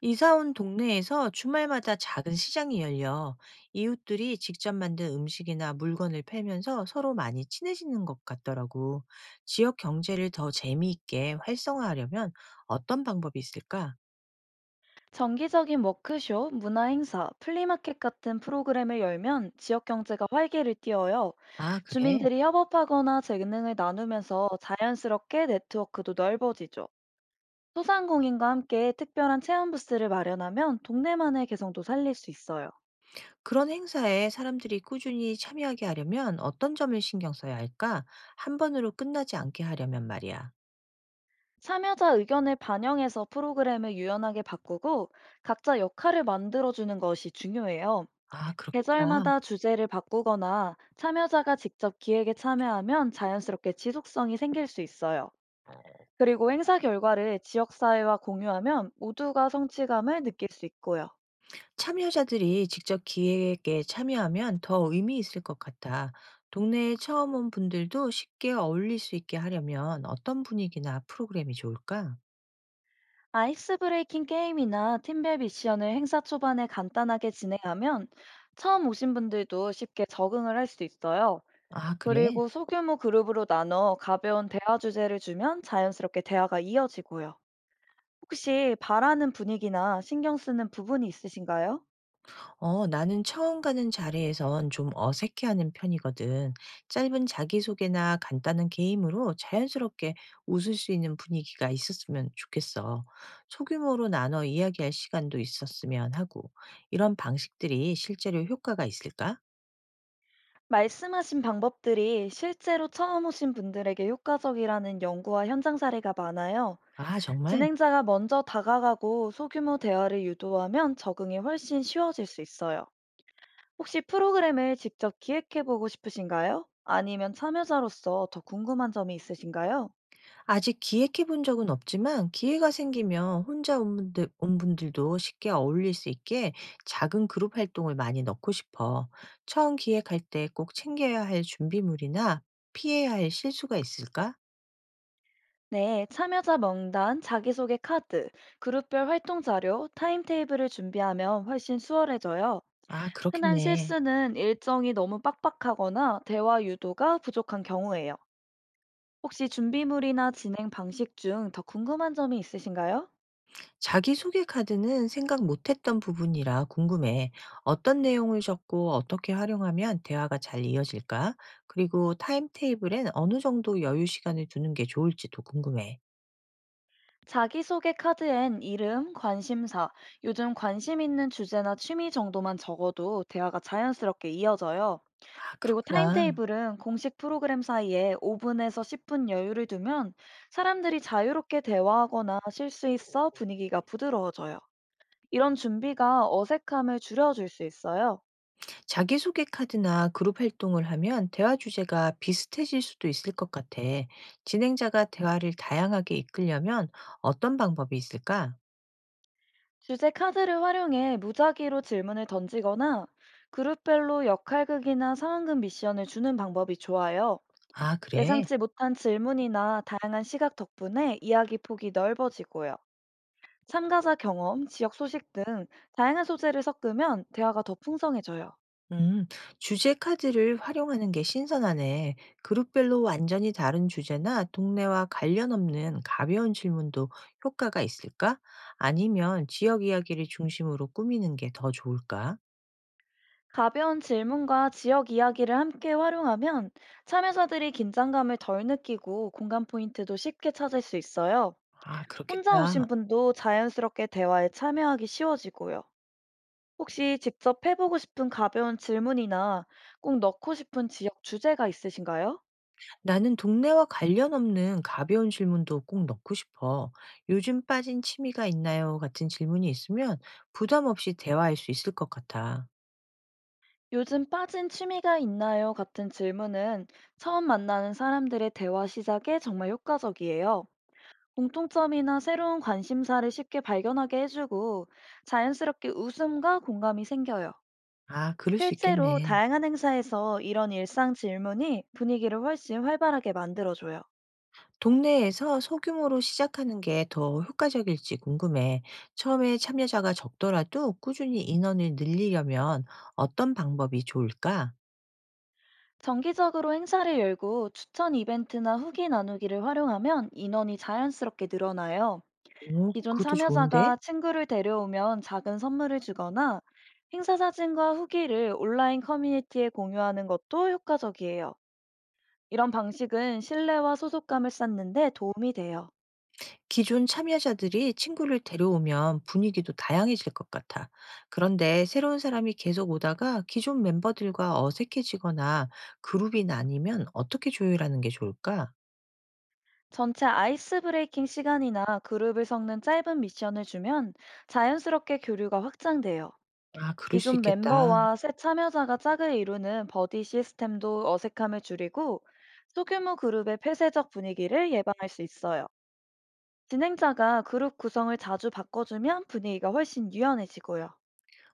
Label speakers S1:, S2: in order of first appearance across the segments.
S1: 이사 온 동네에서 주말마다 작은 시장이 열려 이웃들이 직접 만든 음식이나 물건을 팔면서 서로 많이 친해지는 것 같더라고. 지역 경제를 더 재미있게 활성화하려면 어떤 방법이 있을까?
S2: 정기적인 워크숍, 문화 행사, 플리마켓 같은 프로그램을 열면 지역 경제가 활기를 띠어요.
S1: 아, 그래.
S2: 주민들이 협업하거나 재능을 나누면서 자연스럽게 네트워크도 넓어지죠. 소상공인과 함께 특별한 체험 부스를 마련하면 동네만의 개성도 살릴 수 있어요.
S1: 그런 행사에 사람들이 꾸준히 참여하게 하려면 어떤 점을 신경 써야 할까? 한 번으로 끝나지 않게 하려면 말이야.
S2: 참여자 의견을 반영해서 프로그램을 유연하게 바꾸고 각자 역할을 만들어주는 것이 중요해요.
S1: 아, 그렇겠다.
S2: 계절마다 주제를 바꾸거나 참여자가 직접 기획에 참여하면 자연스럽게 지속성이 생길 수 있어요. 그리고 행사 결과를 지역사회와 공유하면 모두가 성취감을 느낄 수 있고요.
S1: 참여자들이 직접 기획에 참여하면 더 의미 있을 것 같아. 동네에 처음 온 분들도 쉽게 어울릴 수 있게 하려면 어떤 분위기나 프로그램이 좋을까?
S2: 아이스 브레이킹 게임이나 팀별 미션을 행사 초반에 간단하게 진행하면 처음 오신 분들도 쉽게 적응을 할 수 있어요.
S1: 아, 그래?
S2: 그리고 소규모 그룹으로 나눠 가벼운 대화 주제를 주면 자연스럽게 대화가 이어지고요. 혹시 바라는 분위기나 신경 쓰는 부분이 있으신가요?
S1: 나는 처음 가는 자리에선 좀 어색해하는 편이거든. 짧은 자기소개나 간단한 게임으로 자연스럽게 웃을 수 있는 분위기가 있었으면 좋겠어. 소규모로 나눠 이야기할 시간도 있었으면 하고, 이런 방식들이 실제로 효과가 있을까?
S2: 말씀하신 방법들이 실제로 처음 오신 분들에게 효과적이라는 연구와 현장 사례가 많아요.
S1: 아, 정말?
S2: 진행자가 먼저 다가가고 소규모 대화를 유도하면 적응이 훨씬 쉬워질 수 있어요. 혹시 프로그램을 직접 기획해보고 싶으신가요? 아니면 참여자로서 더 궁금한 점이 있으신가요?
S1: 아직 기획해 본 적은 없지만 기회가 생기면 혼자 온 분들도 쉽게 어울릴 수 있게 작은 그룹 활동을 많이 넣고 싶어. 처음 기획할 때 꼭 챙겨야 할 준비물이나 피해야 할 실수가 있을까?
S2: 네, 참여자 명단, 자기소개 카드, 그룹별 활동 자료, 타임테이블을 준비하면 훨씬 수월해져요.
S1: 아,
S2: 흔한
S1: 그렇겠네.
S2: 실수는 일정이 너무 빡빡하거나 대화 유도가 부족한 경우예요. 혹시 준비물이나 진행 방식 중 더 궁금한 점이 있으신가요?
S1: 자기소개 카드는 생각 못했던 부분이라 궁금해. 어떤 내용을 적고 어떻게 활용하면 대화가 잘 이어질까? 그리고 타임테이블엔 어느 정도 여유 시간을 두는 게 좋을지도 궁금해.
S2: 자기소개 카드엔 이름, 관심사, 요즘 관심 있는 주제나 취미 정도만 적어도 대화가 자연스럽게 이어져요.
S1: 아,
S2: 그리고
S1: 그렇구나.
S2: 타임테이블은 공식 프로그램 사이에 5분에서 10분 여유를 두면 사람들이 자유롭게 대화하거나 실수 있어 분위기가 부드러워져요. 이런 준비가 어색함을 줄여줄 수 있어요.
S1: 자기소개 카드나 그룹 활동을 하면 대화 주제가 비슷해질 수도 있을 것 같아. 진행자가 대화를 다양하게 이끌려면 어떤 방법이 있을까?
S2: 주제 카드를 활용해 무작위로 질문을 던지거나 그룹별로 역할극이나 상황극 미션을 주는 방법이 좋아요.
S1: 아, 그래.
S2: 예상치 못한 질문이나 다양한 시각 덕분에 이야기 폭이 넓어지고요. 참가자 경험, 지역 소식 등 다양한 소재를 섞으면 대화가 더 풍성해져요.
S1: 음, 주제 카드를 활용하는 게 신선하네. 그룹별로 완전히 다른 주제나 동네와 관련 없는 가벼운 질문도 효과가 있을까? 아니면 지역 이야기를 중심으로 꾸미는 게 더 좋을까?
S2: 가벼운 질문과 지역 이야기를 함께 활용하면 참여자들이 긴장감을 덜 느끼고 공감 포인트도 쉽게 찾을 수 있어요.
S1: 아,
S2: 혼자
S1: 그렇겠다.
S2: 오신 분도 자연스럽게 대화에 참여하기 쉬워지고요. 혹시 직접 해보고 싶은 가벼운 질문이나 꼭 넣고 싶은 지역 주제가 있으신가요?
S1: 나는 동네와 관련 없는 가벼운 질문도 꼭 넣고 싶어. 요즘 빠진 취미가 있나요? 같은 질문이 있으면 부담 없이 대화할 수 있을 것 같아.
S2: 요즘 빠진 취미가 있나요? 같은 질문은 처음 만나는 사람들의 대화 시작에 정말 효과적이에요. 공통점이나 새로운 관심사를 쉽게 발견하게 해주고 자연스럽게 웃음과 공감이 생겨요.
S1: 아, 그럴 수
S2: 실제로
S1: 있겠네.
S2: 다양한 행사에서 이런 일상 질문이 분위기를 훨씬 활발하게 만들어줘요.
S1: 동네에서 소규모로 시작하는 게 더 효과적일지 궁금해. 처음에 참여자가 적더라도 꾸준히 인원을 늘리려면 어떤 방법이 좋을까?
S2: 정기적으로 행사를 열고 추천 이벤트나 후기 나누기를 활용하면 인원이 자연스럽게 늘어나요.
S1: 오,
S2: 기존
S1: 그것도 좋은데?
S2: 참여자가 친구를 데려오면 작은 선물을 주거나 행사 사진과 후기를 온라인 커뮤니티에 공유하는 것도 효과적이에요. 이런 방식은 신뢰와 소속감을 쌓는데 도움이 돼요.
S1: 기존 참여자들이 친구를 데려오면 분위기도 다양해질 것 같아. 그런데 새로운 사람이 계속 오다가 기존 멤버들과 어색해지거나 그룹이 나뉘면 어떻게 조율하는 게 좋을까?
S2: 전체 아이스 브레이킹 시간이나 그룹을 섞는 짧은 미션을 주면 자연스럽게 교류가 확장돼요.
S1: 아, 그럴 수
S2: 기존
S1: 있겠다.
S2: 멤버와 새 참여자가 짝을 이루는 버디 시스템도 어색함을 줄이고 소규모 그룹의 폐쇄적 분위기를 예방할 수 있어요. 진행자가 그룹 구성을 자주 바꿔주면 분위기가 훨씬 유연해지고요.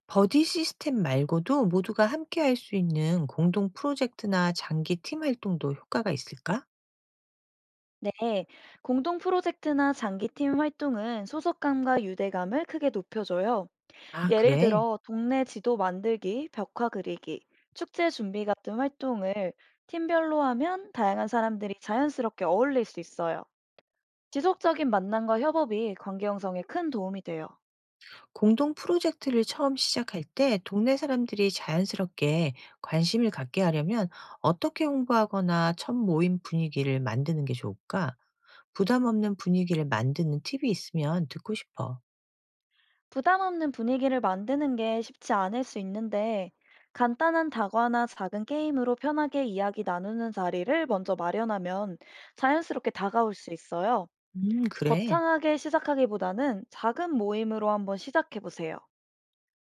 S1: 버디 시스템 말고도 모두가 함께 할 수 있는 공동 프로젝트나 장기 팀 활동도 효과가 있을까?
S2: 네, 공동 프로젝트나 장기 팀 활동은 소속감과 유대감을 크게 높여줘요.
S1: 아,
S2: 예를
S1: 그래.
S2: 들어 동네 지도 만들기, 벽화 그리기, 축제 준비 같은 활동을 팀별로 하면 다양한 사람들이 자연스럽게 어울릴 수 있어요. 지속적인 만남과 협업이 관계 형성에 큰 도움이 돼요.
S1: 공동 프로젝트를 처음 시작할 때 동네 사람들이 자연스럽게 관심을 갖게 하려면 어떻게 홍보하거나 첫 모임 분위기를 만드는 게 좋을까? 부담 없는 분위기를 만드는 팁이 있으면 듣고 싶어.
S2: 부담 없는 분위기를 만드는 게 쉽지 않을 수 있는데, 간단한 다과나 작은 게임으로 편하게 이야기 나누는 자리를 먼저 마련하면 자연스럽게 다가올 수 있어요.
S1: 그래.
S2: 거창하게 시작하기보다는 작은 모임으로 한번 시작해 보세요.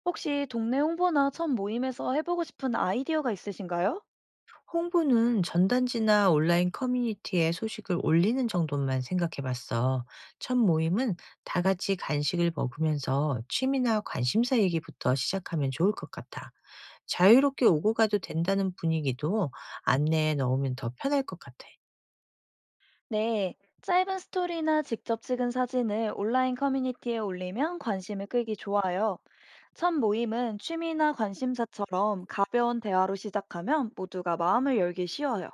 S2: 혹시 동네 홍보나 첫 모임에서 해보고 싶은 아이디어가 있으신가요?
S1: 홍보는 전단지나 온라인 커뮤니티에 소식을 올리는 정도만 생각해 봤어. 첫 모임은 다 같이 간식을 먹으면서 취미나 관심사 얘기부터 시작하면 좋을 것 같아. 자유롭게 오고 가도 된다는 분위기도 안내에 넣으면 더 편할 것 같아.
S2: 네, 짧은 스토리나 직접 찍은 사진을 온라인 커뮤니티에 올리면 관심을 끌기 좋아요. 첫 모임은 취미나 관심사처럼 가벼운 대화로 시작하면 모두가 마음을 열기 쉬워요.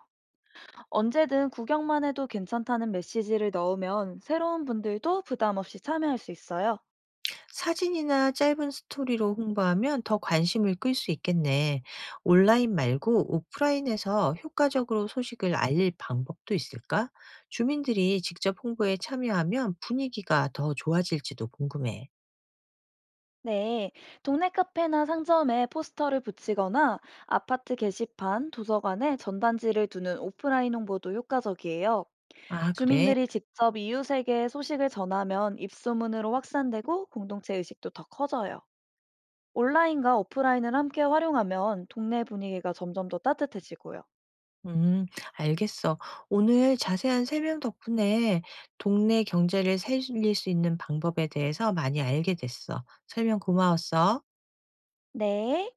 S2: 언제든 구경만 해도 괜찮다는 메시지를 넣으면 새로운 분들도 부담 없이 참여할 수 있어요.
S1: 사진이나 짧은 스토리로 홍보하면 더 관심을 끌 수 있겠네. 온라인 말고 오프라인에서 효과적으로 소식을 알릴 방법도 있을까? 주민들이 직접 홍보에 참여하면 분위기가 더 좋아질지도 궁금해.
S2: 네, 동네 카페나 상점에 포스터를 붙이거나 아파트 게시판, 도서관에 전단지를 두는 오프라인 홍보도 효과적이에요.
S1: 아, 그래?
S2: 주민들이 직접 이웃에게 소식을 전하면 입소문으로 확산되고 공동체 의식도 더 커져요. 온라인과 오프라인을 함께 활용하면 동네 분위기가 점점 더 따뜻해지고요.
S1: 음, 알겠어. 오늘 자세한 설명 덕분에 동네 경제를 살릴 수 있는 방법에 대해서 많이 알게 됐어. 설명 고마웠어.
S2: 네.